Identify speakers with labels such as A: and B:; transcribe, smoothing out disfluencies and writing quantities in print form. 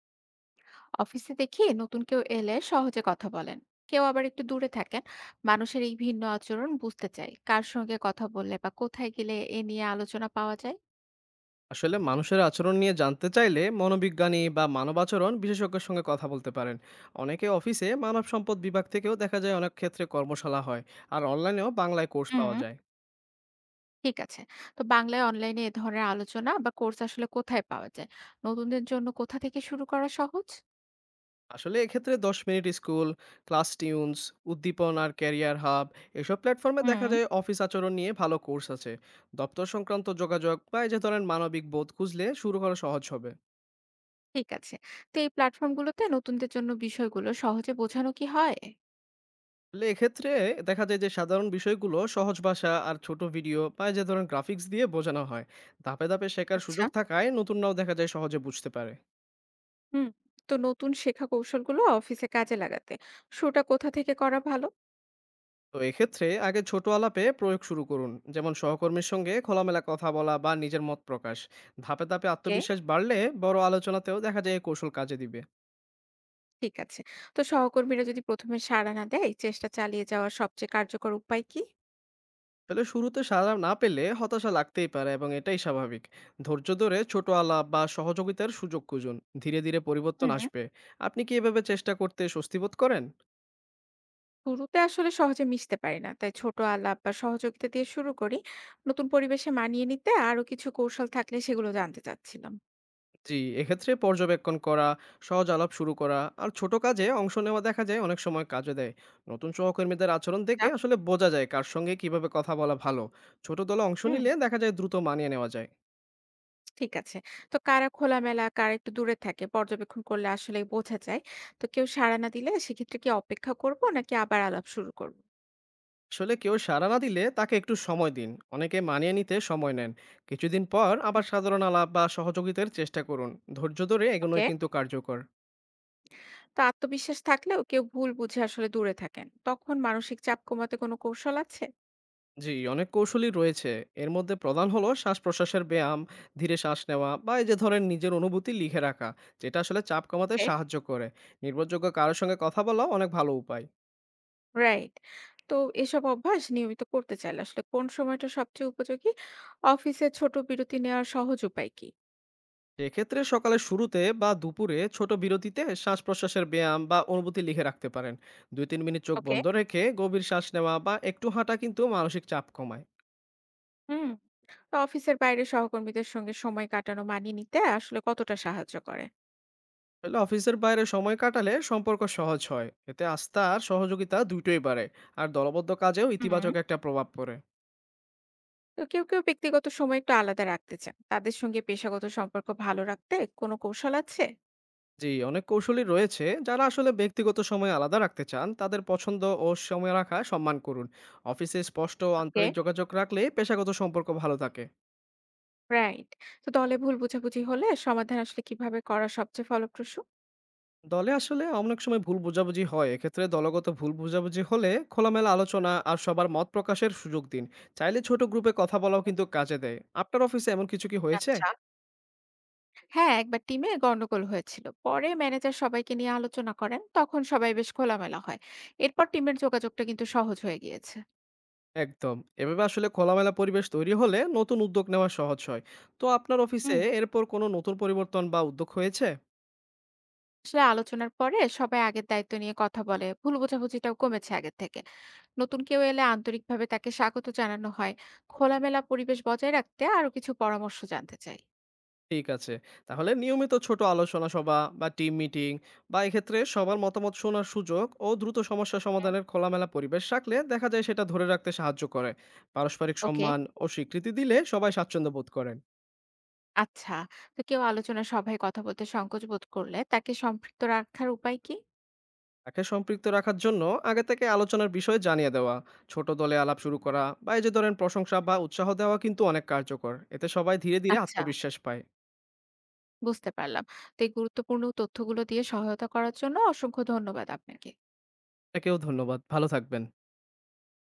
A: অফিসে দেখি নতুন কেউ এলে সহজে কথা বলেন, কেউ আবার একটু দূরে থাকেন। মানুষের এই ভিন্ন আচরণ বুঝতে চাই, কার সঙ্গে কথা বললে বা কোথায় গেলে এ নিয়ে আলোচনা পাওয়া যায়।
B: আসলে মানুষের আচরণ নিয়ে জানতে চাইলে মনোবিজ্ঞানী বা মানবাচরণ বিশেষজ্ঞের সঙ্গে কথা বলতে পারেন। অনেকে অফিসে মানব সম্পদ বিভাগ থেকেও দেখা যায় অনেক ক্ষেত্রে কর্মশালা হয়। আর অনলাইনেও বাংলায় কোর্স পাওয়া
A: হুম।
B: যায়।
A: ঠিক আছে। তো বাংলায় অনলাইনে এ ধরনের আলোচনা বা কোর্স আসলে কোথায় পাওয়া যায়? নতুনদের জন্য কোথা থেকে শুরু করা সহজ?
B: আসলে এক্ষেত্রে 10 minute school, class tunes, Uddipan আর ক্যারিয়ার হাব, এসব প্ল্যাটফর্মে দেখা
A: হুম।
B: যায় অফিস আচরণ নিয়ে ভালো কোর্স আছে। দপ্তর সংক্রান্ত যোগাযোগ বা এই যে ধরেন মানবিক বোধ খুঁজলে শুরু করা সহজ হবে।
A: ঠিক আছে। তো এই প্ল্যাটফর্মগুলোতে নতুনদের জন্য বিষয়গুলো সহজে বোঝানো কি হয়?
B: আসলে এক্ষেত্রে দেখা যায় যে সাধারণ বিষয়গুলো সহজ ভাষা আর ছোট ভিডিও বা এই যে ধরুন গ্রাফিক্স দিয়ে বোঝানো হয়। ধাপে ধাপে শেখার
A: আচ্ছা।
B: সুযোগ থাকায় নতুনরাও দেখা যায় সহজে বুঝতে পারে।
A: হুম। তো নতুন শেখা কৌশলগুলো অফিসে কাজে লাগাতে শুরুটা কোথা থেকে করা ভালো?
B: তো এক্ষেত্রে আগে ছোট আলাপে প্রয়োগ শুরু করুন, যেমন সহকর্মীর সঙ্গে খোলামেলা কথা বলা বা নিজের মত প্রকাশ। ধাপে ধাপে
A: ওকে।
B: আত্মবিশ্বাস বাড়লে বড় আলোচনাতেও দেখা যায় এই কৌশল কাজে দিবে।
A: ঠিক আছে। তো সহকর্মীরা যদি ১ম এ সাড়া না দেয়, চেষ্টা চালিয়ে যাওয়ার সবচেয়ে কার্যকর উপায় কি?
B: আসলে শুরুতে সাড়া না পেলে হতাশা লাগতেই পারে, এবং এটাই স্বাভাবিক। ধৈর্য ধরে ছোট আলাপ বা সহযোগিতার সুযোগ খুঁজুন। ধীরে ধীরে পরিবর্তন
A: হুম।
B: আসবে। আপনি কি এভাবে চেষ্টা করতে স্বস্তি বোধ করেন?
A: শুরুতে আসলে সহজে মিশতে পারি না। তাই ছোট আলাপ বা সহযোগিতা দিয়ে শুরু করি। নতুন পরিবেশে মানিয়ে নিতে আরো কিছু কৌশল থাকলে সেগুলো জানতে চাচ্ছিলাম।
B: জি, এক্ষেত্রে পর্যবেক্ষণ করা, সহজ আলাপ শুরু করা আর ছোট কাজে অংশ নেওয়া দেখা যায় অনেক সময় কাজে দেয়। নতুন সহকর্মীদের আচরণ
A: আচ্ছা।
B: দেখে আসলে বোঝা যায় কার সঙ্গে কিভাবে কথা বলা ভালো। ছোট দলে অংশ
A: হুম,
B: নিলে দেখা যায় দ্রুত মানিয়ে নেওয়া যায়।
A: ঠিক আছে। তো কারা খোলামেলা, কারা একটু দূরে থাকে, পর্যবেক্ষণ করলে আসলে বোঝা যায়। তো কেউ সাড়া না দিলে সেক্ষেত্রে কি অপেক্ষা করব নাকি আবার আলাপ শুরু করব?
B: আসলে কেউ সাড়া না দিলে তাকে একটু সময় দিন। অনেকে মানিয়ে নিতে সময় নেন। কিছুদিন পর আবার
A: হুম।
B: সাধারণ আলাপ বা সহযোগিতার চেষ্টা করুন। ধৈর্য ধরে এগোনোই
A: ওকে।
B: কিন্তু কার্যকর।
A: তো আত্মবিশ্বাস থাকলেও কেউ ভুল বুঝে আসলে দূরে থাকেন, তখন মানসিক চাপ কমাতে কোনো কৌশল আছে?
B: জি, অনেক কৌশলই রয়েছে। এর মধ্যে প্রধান হলো শ্বাস প্রশ্বাসের ব্যায়াম, ধীরে শ্বাস নেওয়া বা এই যে ধরেন নিজের অনুভূতি লিখে রাখা, যেটা আসলে চাপ কমাতে
A: ওকে।
B: সাহায্য করে। নির্ভরযোগ্য কারোর সঙ্গে কথা বলাও অনেক ভালো উপায়।
A: রাইট। তো এসব অভ্যাস নিয়মিত করতে চাইলে আসলে কোন সময়টা সবচেয়ে উপযোগী? অফিসে ছোট বিরতি নেওয়ার সহজ উপায় কি?
B: সেক্ষেত্রে সকালের শুরুতে বা দুপুরে ছোট বিরতিতে শ্বাস প্রশ্বাসের ব্যায়াম বা অনুভূতি লিখে রাখতে পারেন। 2-3 মিনিট চোখ
A: ওকে।
B: বন্ধ রেখে গভীর শ্বাস নেওয়া বা একটু হাঁটা কিন্তু মানসিক চাপ কমায়।
A: হুম। তো অফিসের বাইরে সহকর্মীদের সঙ্গে সময় কাটানো মানিয়ে নিতে আসলে কতটা সাহায্য করে?
B: তাহলে অফিসের বাইরে সময় কাটালে সম্পর্ক সহজ হয়, এতে আস্থা আর সহযোগিতা দুটোই বাড়ে। আর দলবদ্ধ কাজেও
A: হুম।
B: ইতিবাচক একটা প্রভাব পড়ে।
A: তো কেউ কেউ ব্যক্তিগত সময় একটু আলাদা রাখতে চান, তাদের সঙ্গে পেশাগত সম্পর্ক ভালো রাখতে কোনো কৌশল আছে?
B: জি, অনেক কৌশলী রয়েছে। যারা আসলে ব্যক্তিগত সময় আলাদা রাখতে চান, তাদের পছন্দ ও সময় রাখা সম্মান করুন। অফিসে স্পষ্ট ও
A: ওকে,
B: আন্তরিক যোগাযোগ রাখলে পেশাগত সম্পর্ক ভালো থাকে।
A: রাইট। তো দলে ভুল বোঝাবুঝি হলে সমাধান আসলে কিভাবে করা সবচেয়ে ফলপ্রসূ?
B: দলে আসলে অনেক সময় ভুল বোঝাবুঝি হয়। এক্ষেত্রে দলগত ভুল বোঝাবুঝি হলে খোলামেলা আলোচনা আর সবার মত প্রকাশের সুযোগ দিন। চাইলে ছোট গ্রুপে কথা বলাও কিন্তু কাজে দেয়। আপনার অফিসে এমন কিছু কি হয়েছে?
A: আচ্ছা। হ্যাঁ, একবার টিমে গন্ডগোল হয়েছিল। পরে ম্যানেজার সবাইকে নিয়ে আলোচনা করেন। তখন সবাই বেশ খোলামেলা হয়। এরপর টিমের যোগাযোগটা কিন্তু সহজ হয়ে গিয়েছে।
B: একদম। এভাবে আসলে খোলামেলা পরিবেশ তৈরি হলে নতুন উদ্যোগ নেওয়া সহজ হয়। তো আপনার অফিসে
A: হুম।
B: এরপর কোনো নতুন পরিবর্তন বা উদ্যোগ হয়েছে?
A: আসলে আলোচনার পরে সবাই আগের দায়িত্ব নিয়ে কথা বলে। ভুল বোঝাবুঝিটাও কমেছে আগের থেকে। নতুন কেউ এলে আন্তরিকভাবে তাকে স্বাগত জানানো হয়। খোলামেলা পরিবেশ বজায় রাখতে আরো কিছু পরামর্শ জানতে চাই।
B: ঠিক আছে। তাহলে নিয়মিত ছোট আলোচনা সভা বা টিম মিটিং বা এক্ষেত্রে সবার মতামত শোনার সুযোগ ও দ্রুত সমস্যা
A: হুম।
B: সমাধানের খোলামেলা পরিবেশ রাখলে দেখা যায় সেটা ধরে রাখতে সাহায্য করে। পারস্পরিক
A: ওকে।
B: সম্মান ও স্বীকৃতি দিলে সবাই স্বাচ্ছন্দ্য বোধ করেন।
A: আচ্ছা। তো কেউ আলোচনা সভায় কথা বলতে সংকোচ বোধ করলে তাকে সম্পৃক্ত রাখার উপায় কি?
B: তাকে সম্পৃক্ত রাখার জন্য আগে থেকে আলোচনার বিষয় জানিয়ে দেওয়া, ছোট দলে আলাপ শুরু করা বা এই যে ধরেন প্রশংসা বা
A: হুম।
B: উৎসাহ দেওয়া কিন্তু অনেক কার্যকর। এতে সবাই ধীরে ধীরে
A: আচ্ছা,
B: আত্মবিশ্বাস পায়।
A: বুঝতে পারলাম। তো এই গুরুত্বপূর্ণ তথ্যগুলো দিয়ে সহায়তা করার জন্য অসংখ্য ধন্যবাদ আপনাকে।
B: আপনাকেও ধন্যবাদ। ভালো থাকবেন।